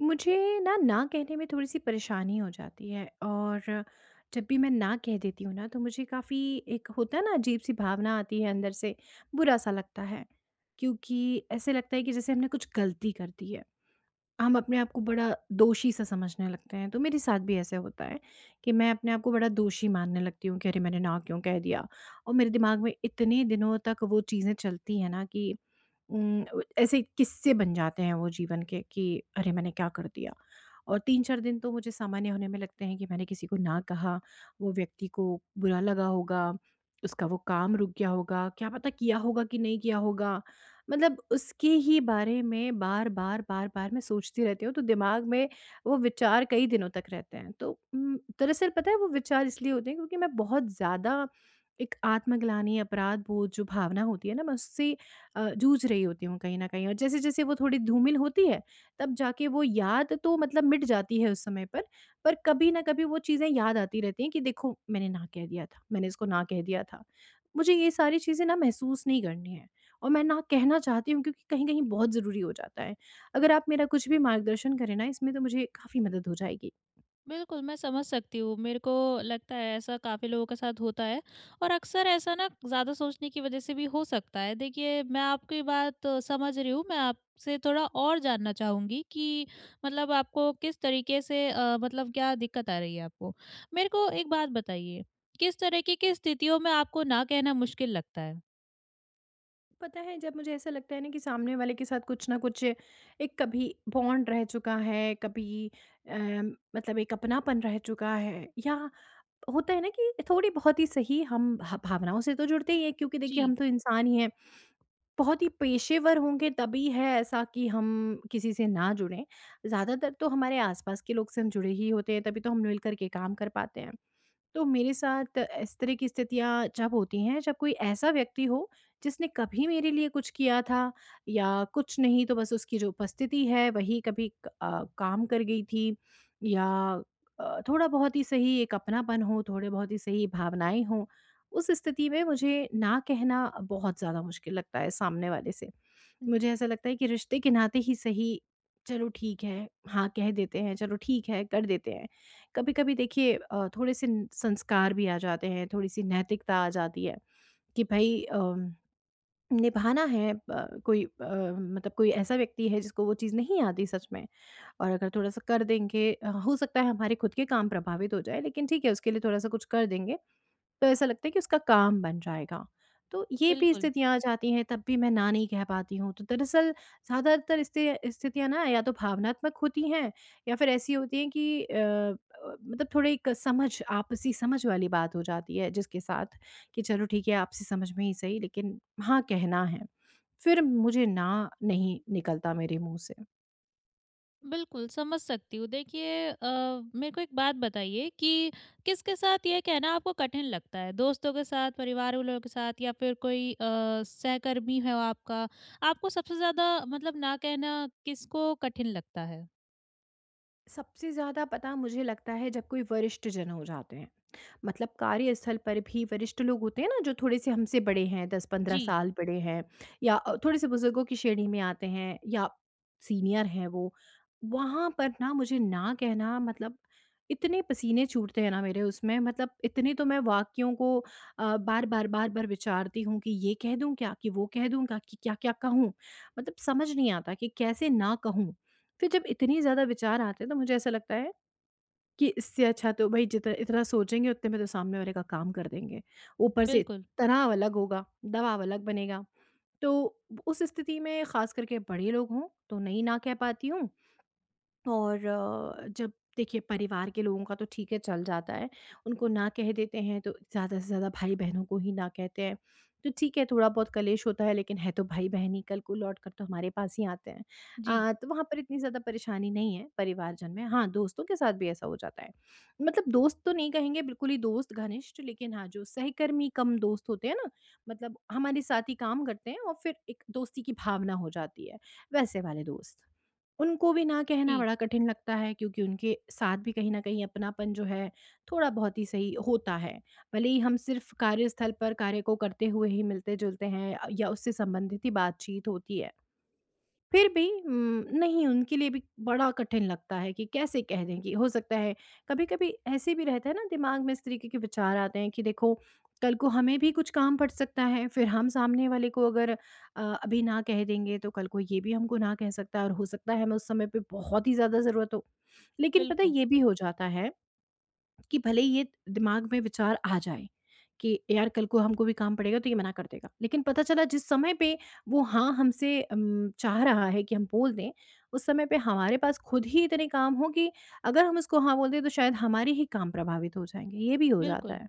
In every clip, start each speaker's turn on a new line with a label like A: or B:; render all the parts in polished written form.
A: मुझे ना, ना कहने में थोड़ी-सी परेशानी हो जाती है। और जब भी मैं ना कह देती हूँ ना, तो मुझे काफ़ी एक होता है ना, अजीब-सी भावना आती है अंदर से, बुरा-सा लगता है। क्योंकि ऐसे लगता है कि जैसे हमने कुछ गलती कर दी है। हम अपने आप को बड़ा दोषी सा समझने लगते हैं। तो मेरे साथ भी ऐसे होता है कि मैं अपने आप को बड़ा दोषी मानने लगती हूँ कि अरे मैंने ना क्यों कह दिया। और मेरे दिमाग में इतने दिनों तक वो चीज़ें चलती हैं ना कि उम, ऐसे किस्से बन जाते हैं वो जीवन के कि अरे मैंने क्या कर दिया। और 3-4 दिन तो मुझे सामान्य होने में लगते हैं कि मैंने किसी को ना कहा, वो व्यक्ति को बुरा लगा होगा, उसका वो काम रुक गया होगा, क्या पता किया होगा कि नहीं किया होगा। मतलब उसके ही बारे में बार-बार, बार-बार मैं सोचती रहती हूँ, तो दिमाग में वो विचार कई दिनों तक रहते हैं। तो दरअसल पता है वो विचार इसलिए होते हैं क्योंकि मैं बहुत ज़्यादा एक आत्मग्लानि, अपराध-बोध जो भावना होती है ना, मैं उससे जूझ रही होती हूँ कहीं न कहीं। और जैसे-जैसे वो थोड़ी धूमिल होती है, तब जाके वो याद तो मतलब मिट जाती है उस समय पर कभी न कभी वो चीज़ें याद आती रहती हैं कि देखो मैंने ना कह दिया था, मैंने इसको ना कह दिया था। मुझे ये सारी चीज़ें ना महसूस नहीं करनी है। और मैं ना कहना चाहती हूँ क्योंकि कहीं-कहीं बहुत ज़रूरी हो जाता है। अगर आप मेरा कुछ भी मार्गदर्शन करें ना इसमें तो मुझे काफ़ी मदद हो जाएगी।
B: बिल्कुल, मैं समझ सकती हूँ। मेरे को लगता है ऐसा काफ़ी लोगों के साथ होता है और अक्सर ऐसा ना ज़्यादा सोचने की वजह से भी हो सकता है। देखिए, मैं आपकी बात समझ रही हूँ। मैं आपसे थोड़ा और जानना चाहूँगी कि मतलब आपको किस तरीके से मतलब क्या दिक्कत आ रही है आपको? मेरे को एक बात बताइए, किस तरीके की किस स्थितियों में आपको ना कहना मुश्किल लगता है?
A: पता है जब मुझे ऐसा लगता है ना कि सामने वाले के साथ कुछ ना कुछ एक कभी बॉन्ड रह चुका है, कभी अ, मतलब एक अपनापन रह चुका है, या होता है ना कि थोड़ी बहुत ही सही हम ह भावनाओं से तो जुड़ते ही हैं, क्योंकि देखिए
B: जी,
A: हम तो इंसान ही हैं। बहुत ही पेशेवर होंगे तभी है ऐसा कि हम किसी से ना जुड़ें। ज़्यादातर तो हमारे आसपास के लोग से हम जुड़े ही होते हैं, तभी तो हम मिल करके काम कर पाते हैं। तो मेरे साथ इस तरह की स्थितियाँ जब होती हैं, जब कोई ऐसा व्यक्ति हो जिसने कभी मेरे लिए कुछ किया था, या कुछ नहीं तो बस उसकी जो उपस्थिति है वही कभी काम कर गई थी, या थोड़ा बहुत ही सही एक अपनापन हो, थोड़े बहुत ही सही भावनाएं हों, उस स्थिति में मुझे ना कहना बहुत ज़्यादा मुश्किल लगता है सामने वाले से। मुझे ऐसा लगता है कि रिश्ते के नाते ही सही चलो ठीक है हाँ कह देते हैं, चलो ठीक है कर देते हैं। कभी कभी देखिए थोड़े से संस्कार भी आ जाते हैं, थोड़ी सी नैतिकता आ जाती है कि भाई निभाना है। कोई मतलब कोई ऐसा व्यक्ति है जिसको वो चीज़ नहीं आती सच में, और अगर थोड़ा सा कर देंगे हो सकता है हमारे खुद के काम प्रभावित हो जाए, लेकिन ठीक है उसके लिए थोड़ा सा कुछ कर देंगे, तो ऐसा लगता है कि उसका काम बन जाएगा। तो ये भी
B: बिल्कुल।
A: स्थितियाँ आ जाती हैं, तब भी मैं ना नहीं कह पाती हूँ। तो दरअसल ज़्यादातर स्थे स्थितियाँ ना या तो भावनात्मक होती हैं, या फिर ऐसी होती हैं कि मतलब थोड़े एक समझ, आपसी समझ वाली बात हो जाती है जिसके साथ कि चलो ठीक है, आपसी समझ में ही सही लेकिन हाँ, कहना है। फिर मुझे ना नहीं निकलता मेरे मुँह से।
B: बिल्कुल, समझ सकती हूँ। देखिए मेरे को एक बात बताइए कि किसके साथ ये कहना आपको कठिन लगता है? दोस्तों के साथ, परिवार वालों के साथ, या फिर कोई सहकर्मी है आपका? आपको सबसे ज़्यादा मतलब ना कहना किसको कठिन लगता है?
A: सबसे ज़्यादा पता मुझे लगता है जब कोई वरिष्ठ जन हो जाते हैं, मतलब कार्यस्थल पर भी वरिष्ठ लोग होते हैं ना जो थोड़े से हमसे बड़े हैं, दस पंद्रह
B: जी,
A: साल बड़े हैं, या थोड़े से बुजुर्गों की श्रेणी में आते हैं, या सीनियर हैं वो, वहाँ पर ना मुझे ना कहना मतलब इतने पसीने छूटते हैं ना मेरे, उसमें मतलब इतने तो मैं वाक्यों को बार बार बार बार विचारती हूँ कि ये कह दूँ क्या कि वो कह दूँ क्या कि क्या क्या कहूँ। मतलब समझ नहीं आता कि कैसे ना कहूँ। फिर जब इतनी ज़्यादा विचार आते हैं तो मुझे ऐसा लगता है कि इससे अच्छा तो भई जितना इतना सोचेंगे उतने में तो सामने वाले का काम कर देंगे। ऊपर से
B: बिल्कुल।
A: तनाव अलग होगा, दबाव अलग बनेगा। तो उस स्थिति में ख़ास करके बड़े लोग हों तो नहीं ना कह पाती हूँ। और जब देखिए परिवार के लोगों का तो ठीक है चल जाता है, उनको ना कह देते हैं तो ज़्यादा से ज़्यादा भाई बहनों को ही ना कहते हैं, तो ठीक है थोड़ा बहुत कलेश होता है लेकिन है तो भाई बहन ही, कल को लौट कर तो हमारे पास ही आते हैं।
B: जी,
A: तो वहाँ पर इतनी ज़्यादा परेशानी नहीं है परिवारजन में। हाँ, दोस्तों के साथ भी ऐसा हो जाता है, मतलब दोस्त तो नहीं कहेंगे बिल्कुल ही दोस्त घनिष्ठ, लेकिन हाँ जो सहकर्मी कम दोस्त होते हैं ना, मतलब हमारे साथ ही काम करते हैं और फिर एक दोस्ती की भावना हो जाती है, वैसे वाले दोस्त, उनको भी ना कहना
B: जी,
A: बड़ा कठिन लगता है क्योंकि उनके साथ भी कहीं न कहीं अपनापन जो है थोड़ा बहुत ही सही होता है। भले ही हम सिर्फ़ कार्यस्थल पर कार्य को करते हुए ही मिलते-जुलते हैं या उससे संबंधित ही बातचीत होती है। फिर भी नहीं उनके लिए भी बड़ा कठिन लगता है कि कैसे कह दें, कि हो सकता है कभी-कभी ऐसे भी रहता है ना, दिमाग में इस तरीके के विचार आते हैं कि देखो कल को हमें भी कुछ काम पड़ सकता है, फिर हम सामने वाले को अगर अभी ना कह देंगे तो कल को ये भी हमको ना कह सकता है, और हो सकता है हमें उस समय पे बहुत ही ज़्यादा ज़रूरत हो। लेकिन पता है
B: बिल्कुल,
A: ये भी हो जाता है कि भले ही ये दिमाग में विचार आ जाए कि यार कल को हमको भी काम पड़ेगा तो ये मना कर देगा, लेकिन पता चला जिस समय पे वो हाँ हमसे चाह रहा है कि हम बोल दें, उस समय पे हमारे पास खुद ही इतने काम हों कि अगर हम उसको हाँ बोल दें तो शायद हमारे ही काम प्रभावित हो जाएँगे, ये भी हो जाता
B: बिल्कुल।
A: है।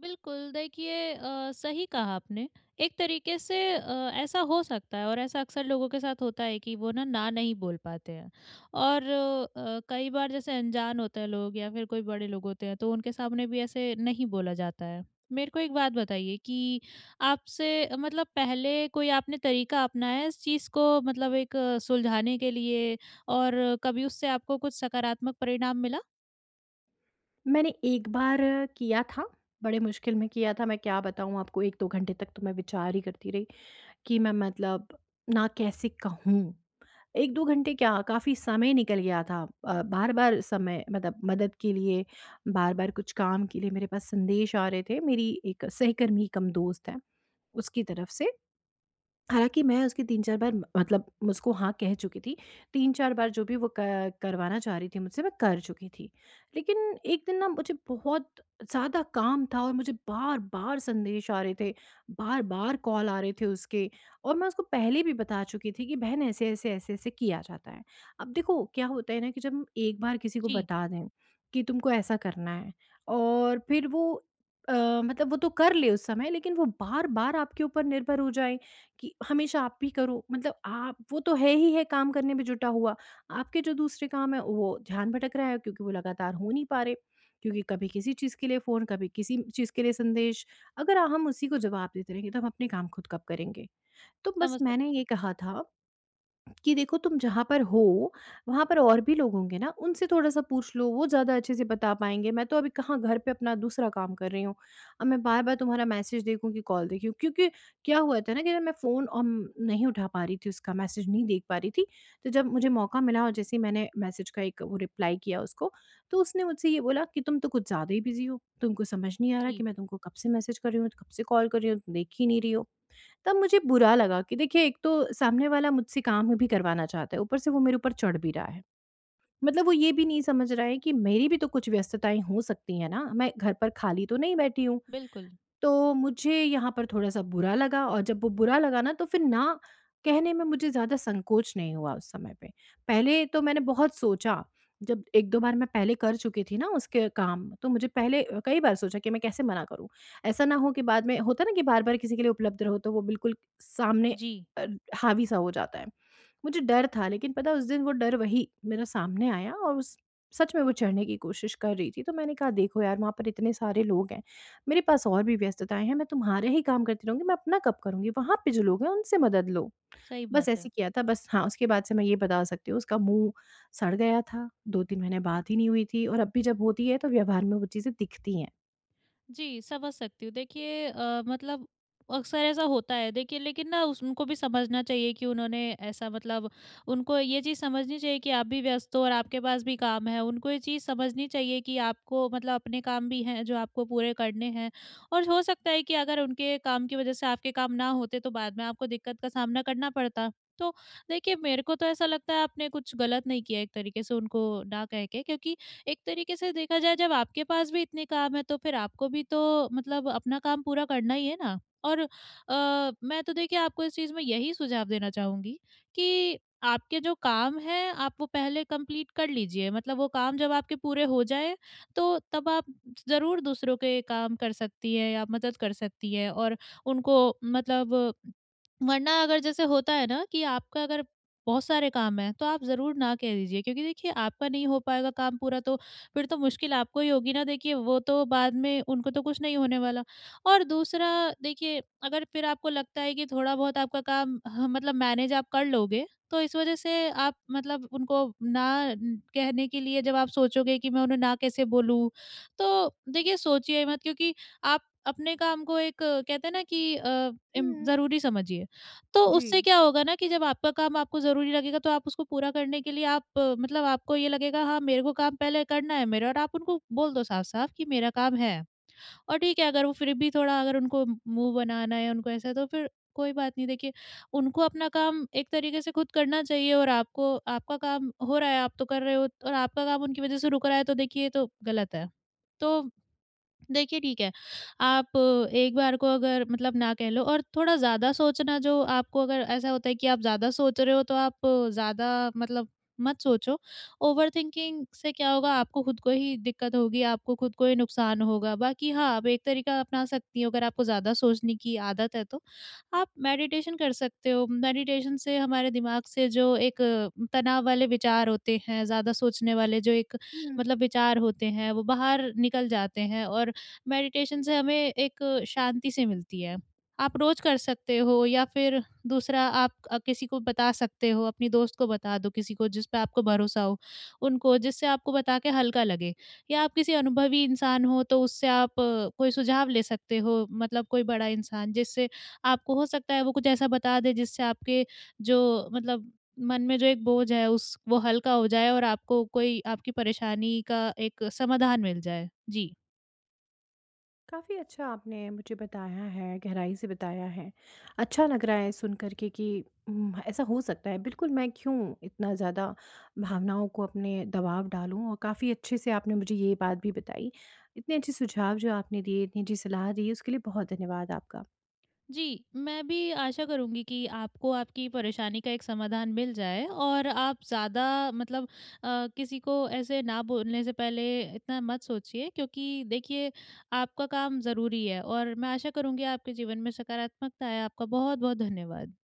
B: बिल्कुल, देखिए सही कहा आपने। एक तरीके से ऐसा हो सकता है, और ऐसा अक्सर लोगों के साथ होता है कि वो ना ना नहीं बोल पाते हैं। और कई बार जैसे अनजान होते हैं लोग, या फिर कोई बड़े लोग होते हैं तो उनके सामने भी ऐसे नहीं बोला जाता है। मेरे को एक बात बताइए कि आपसे मतलब पहले कोई आपने तरीका अपनाया है इस चीज़ को मतलब एक सुलझाने के लिए, और कभी उससे आपको कुछ सकारात्मक परिणाम मिला?
A: मैंने एक बार किया था, बड़े मुश्किल में किया था, मैं क्या बताऊँ आपको, 1-2 घंटे तक तो मैं विचार ही करती रही कि मैं मतलब ना कैसे कहूँ? 1-2 घंटे क्या, काफ़ी समय निकल गया था। बार-बार समय मतलब मदद के लिए, बार-बार कुछ काम के लिए मेरे पास संदेश आ रहे थे। मेरी एक सहकर्मी कम दोस्त है, उसकी तरफ से। हालाँकि मैं उसकी 3-4 बार मतलब उसको हाँ कह चुकी थी। 3-4 बार जो भी वो क करवाना चाह रही थी मुझसे, मैं कर चुकी थी। लेकिन एक दिन ना मुझे बहुत ज़्यादा काम था और मुझे बार-बार संदेश आ रहे थे, बार-बार कॉल आ रहे थे उसके, और मैं उसको पहले भी बता चुकी थी कि बहन ऐसे-ऐसे, ऐसे-ऐसे किया जाता है। अब देखो क्या होता है ना कि जब हम एक बार किसी को
B: जी,
A: बता दें कि तुमको ऐसा करना है, और फिर वो अ, मतलब वो तो कर ले उस समय, लेकिन वो बार-बार आपके ऊपर निर्भर हो जाए कि हमेशा आप भी करो, मतलब आप, वो तो है ही है काम करने में जुटा हुआ, आपके जो दूसरे काम है वो ध्यान भटक रहा है क्योंकि वो लगातार हो नहीं पा रहे, क्योंकि कभी किसी चीज़ के लिए फ़ोन, कभी किसी चीज़ के लिए संदेश, अगर हम उसी को जवाब देते रहेंगे तो हम अपने काम खुद कब करेंगे। तो बस
B: समझ
A: मैंने
B: सकती
A: ये
B: हूँ।
A: कहा था कि देखो तुम जहाँ पर हो, वहाँ पर और भी लोग होंगे ना, उनसे थोड़ा-सा पूछ लो, वो ज़्यादा अच्छे से बता पाएँगे। मैं तो अभी कहाँ, घर पे अपना दूसरा काम कर रही हूँ। अब मैं बार-बार तुम्हारा मैसेज देखूँ कि कॉल देखूँ, क्योंकि क्या हुआ था ना कि मैं फ़ोन नहीं उठा पा रही थी उसका, मैसेज नहीं देख पा रही थी। तो जब मुझे मौका मिला और जैसे ही मैंने मैसेज का एक वो रिप्लाई किया उसको, तो उसने मुझसे ये बोला कि तुम तो कुछ ज़्यादा ही बिज़ी हो। तुमको समझ नहीं आ रहा कि
B: जी,
A: मैं तुमको कब से मैसेज कर रही हूँ, कब से कॉल कर रही हूँ, तुम देख ही नहीं रही हो। तब मुझे बुरा लगा कि देखिए एक तो सामने वाला मुझसे काम भी करवाना चाहता है, ऊपर से वो मेरे ऊपर चढ़ भी रहा है। मतलब वो ये भी नहीं समझ रहा है कि मेरी भी तो कुछ व्यस्तताएँ हो सकती हैं ना, मैं घर पर खाली तो नहीं बैठी हूँ।
B: बिल्कुल।
A: तो मुझे यहाँ पर थोड़ा-सा बुरा लगा, और जब वो बुरा लगा ना तो फिर ना कहने में मुझे ज़्यादा संकोच नहीं हुआ उस समय पे। पहले तो मैंने बहुत सोचा, जब 1-2 बार मैं पहले कर चुकी थी ना उसके काम, तो मुझे पहले कई बार सोचा कि मैं कैसे मना करूँ? ऐसा ना हो कि बाद में होता है ना कि बार-बार किसी के लिए उपलब्ध रहो तो वो बिल्कुल सामने
B: जी,
A: अ, हावी-सा हो जाता है। मुझे डर था, लेकिन पता है उस दिन वो डर वही मेरा सामने आया, और उस, सच में वो चढ़ने की कोशिश कर रही थी, तो मैंने कहा देखो यार वहाँ पर इतने सारे लोग हैं, मेरे पास और भी व्यस्तताएं हैं, मैं तुम्हारे ही काम करती रहूंगी, मैं अपना कब करूंगी, वहाँ पे जो लोग हैं उनसे मदद लो।
B: सही
A: बस
B: बात
A: ऐसे
B: है।
A: किया था। बस हाँ, उसके बाद से मैं ये बता सकती हूँ उसका मुंह सड़ गया था, दो तीन महीने बात ही नहीं हुई थी, और अब भी जब होती है तो व्यवहार में वो चीज़ें दिखती हैं।
B: जी, समझ सकती हूँ। देखिए मतलब अक्सर ऐसा होता है देखिए, लेकिन ना उस उनको भी समझना चाहिए कि उन्होंने ऐसा मतलब उनको ये चीज़ समझनी चाहिए कि आप भी व्यस्त हो और आपके पास भी काम है। उनको ये चीज़ समझनी चाहिए कि आपको मतलब अपने काम भी हैं जो आपको पूरे करने हैं, और हो सकता है कि अगर उनके काम की वज़ह से आपके काम ना होते तो बाद में आपको दिक्कत का सामना करना पड़ता। तो देखिए, मेरे को तो ऐसा लगता है आपने कुछ गलत नहीं किया एक तरीके से उनको ना कह के, क्योंकि एक तरीके से देखा जाए जब आपके पास भी इतने काम है तो फिर आपको भी तो मतलब अपना काम पूरा करना ही है ना। और मैं तो देखिए आपको इस चीज़ में यही सुझाव देना चाहूँगी कि आपके जो काम हैं आप वो पहले कंप्लीट कर लीजिए। मतलब वो काम जब आपके पूरे हो जाएँ तो तब आप ज़रूर दूसरों के काम कर सकती हैं, आप मदद कर सकती हैं, और उनको मतलब, वरना अगर जैसे होता है ना कि आपका अगर बहुत सारे काम हैं तो आप ज़रूर ना कह दीजिए, क्योंकि देखिए आपका नहीं हो पाएगा काम पूरा, तो फिर तो मुश्किल आपको ही होगी ना। देखिए, वो तो बाद में उनको तो कुछ नहीं होने वाला। और दूसरा, देखिए अगर फिर आपको लगता है कि थोड़ा बहुत आपका काम ह मतलब मैनेज आप कर लोगे, तो इस वज़ह से आप मतलब उनको ना कहने के लिए जब आप सोचोगे कि मैं उन्हें ना कैसे बोलूँ, तो देखिए सोचिए मत, क्योंकि आप अपने काम को एक कहते हैं ना कि अ, इम
A: हम्म।
B: ज़रूरी समझिए। तो
A: जी।
B: उससे क्या होगा ना कि जब आपका काम आपको ज़रूरी लगेगा तो आप उसको पूरा करने के लिए आप मतलब आपको ये लगेगा हाँ, मेरे को काम पहले करना है मेरा, और आप उनको बोल दो साफ-साफ कि मेरा काम है। और ठीक है, अगर वो फिर भी थोड़ा, अगर उनको मुँह बनाना है, उनको ऐसा, तो फिर कोई बात नहीं, देखिए, उनको अपना काम एक तरीके से खुद करना चाहिए, और आपको आपका काम हो रहा है, आप तो कर रहे हो, और आपका काम उनकी वज़ह से रुक रहा है तो देखिए ये तो गलत है। तो देखिए, ठीक है, आप एक बार को अगर मतलब ना कह लो, और थोड़ा ज़्यादा सोचना जो आपको, अगर ऐसा होता है कि आप ज़्यादा सोच रहे हो, तो आप ज़्यादा मतलब मत सोचो। ओवरथिंकिंग से क्या होगा, आपको खुद को ही दिक्कत होगी, आपको खुद को ही नुकसान होगा। बाकी हाँ, आप एक तरीका अपना सकती हो, अगर आपको ज़्यादा सोचने की आदत है तो, आप मेडिटेशन कर सकते हो। मेडिटेशन से हमारे दिमाग से जो एक तनाव वाले विचार होते हैं, ज़्यादा सोचने वाले जो एक
A: हम्म।
B: मतलब विचार होते हैं, वो बाहर निकल जाते हैं, और मेडिटेशन से हमें एक शांति सी मिलती है। आप रोज़ कर सकते हो, या फिर दूसरा, आप किसी को बता सकते हो, अपनी दोस्त को बता दो, किसी को जिस पे आपको भरोसा हो, उनको, जिससे आपको बता के हल्का लगे। या आप किसी अनुभवी इंसान हो तो उससे आप कोई सुझाव ले सकते हो, मतलब कोई बड़ा इंसान, जिससे आपको हो सकता है वो कुछ ऐसा बता दे, जिससे आपके जो मतलब मन में जो एक बोझ है उस वो हल्का हो जाए, और आपको कोई आपकी परेशानी का एक समाधान मिल जाए। जी।
A: काफ़ी अच्छा आपने मुझे बताया है, गहराई से बताया है। अच्छा लग रहा है सुन कर के कि ऐसा हो सकता है। बिल्कुल, मैं क्यों इतना ज़्यादा भावनाओं को अपने दबाव डालूँ। और काफ़ी अच्छे से आपने मुझे ये बात भी बताई। इतने अच्छे सुझाव जो आपने दिए, इतनी अच्छी सलाह दी, उसके लिए बहुत धन्यवाद आपका।
B: जी, मैं भी आशा करूँगी कि आपको आपकी परेशानी का एक समाधान मिल जाए, और आप ज़्यादा मतलब किसी को ऐसे ना बोलने से पहले इतना मत सोचिए, क्योंकि देखिए आपका काम ज़रूरी है, और मैं आशा करूँगी आपके जीवन में सकारात्मकता आए। आपका बहुत-बहुत धन्यवाद।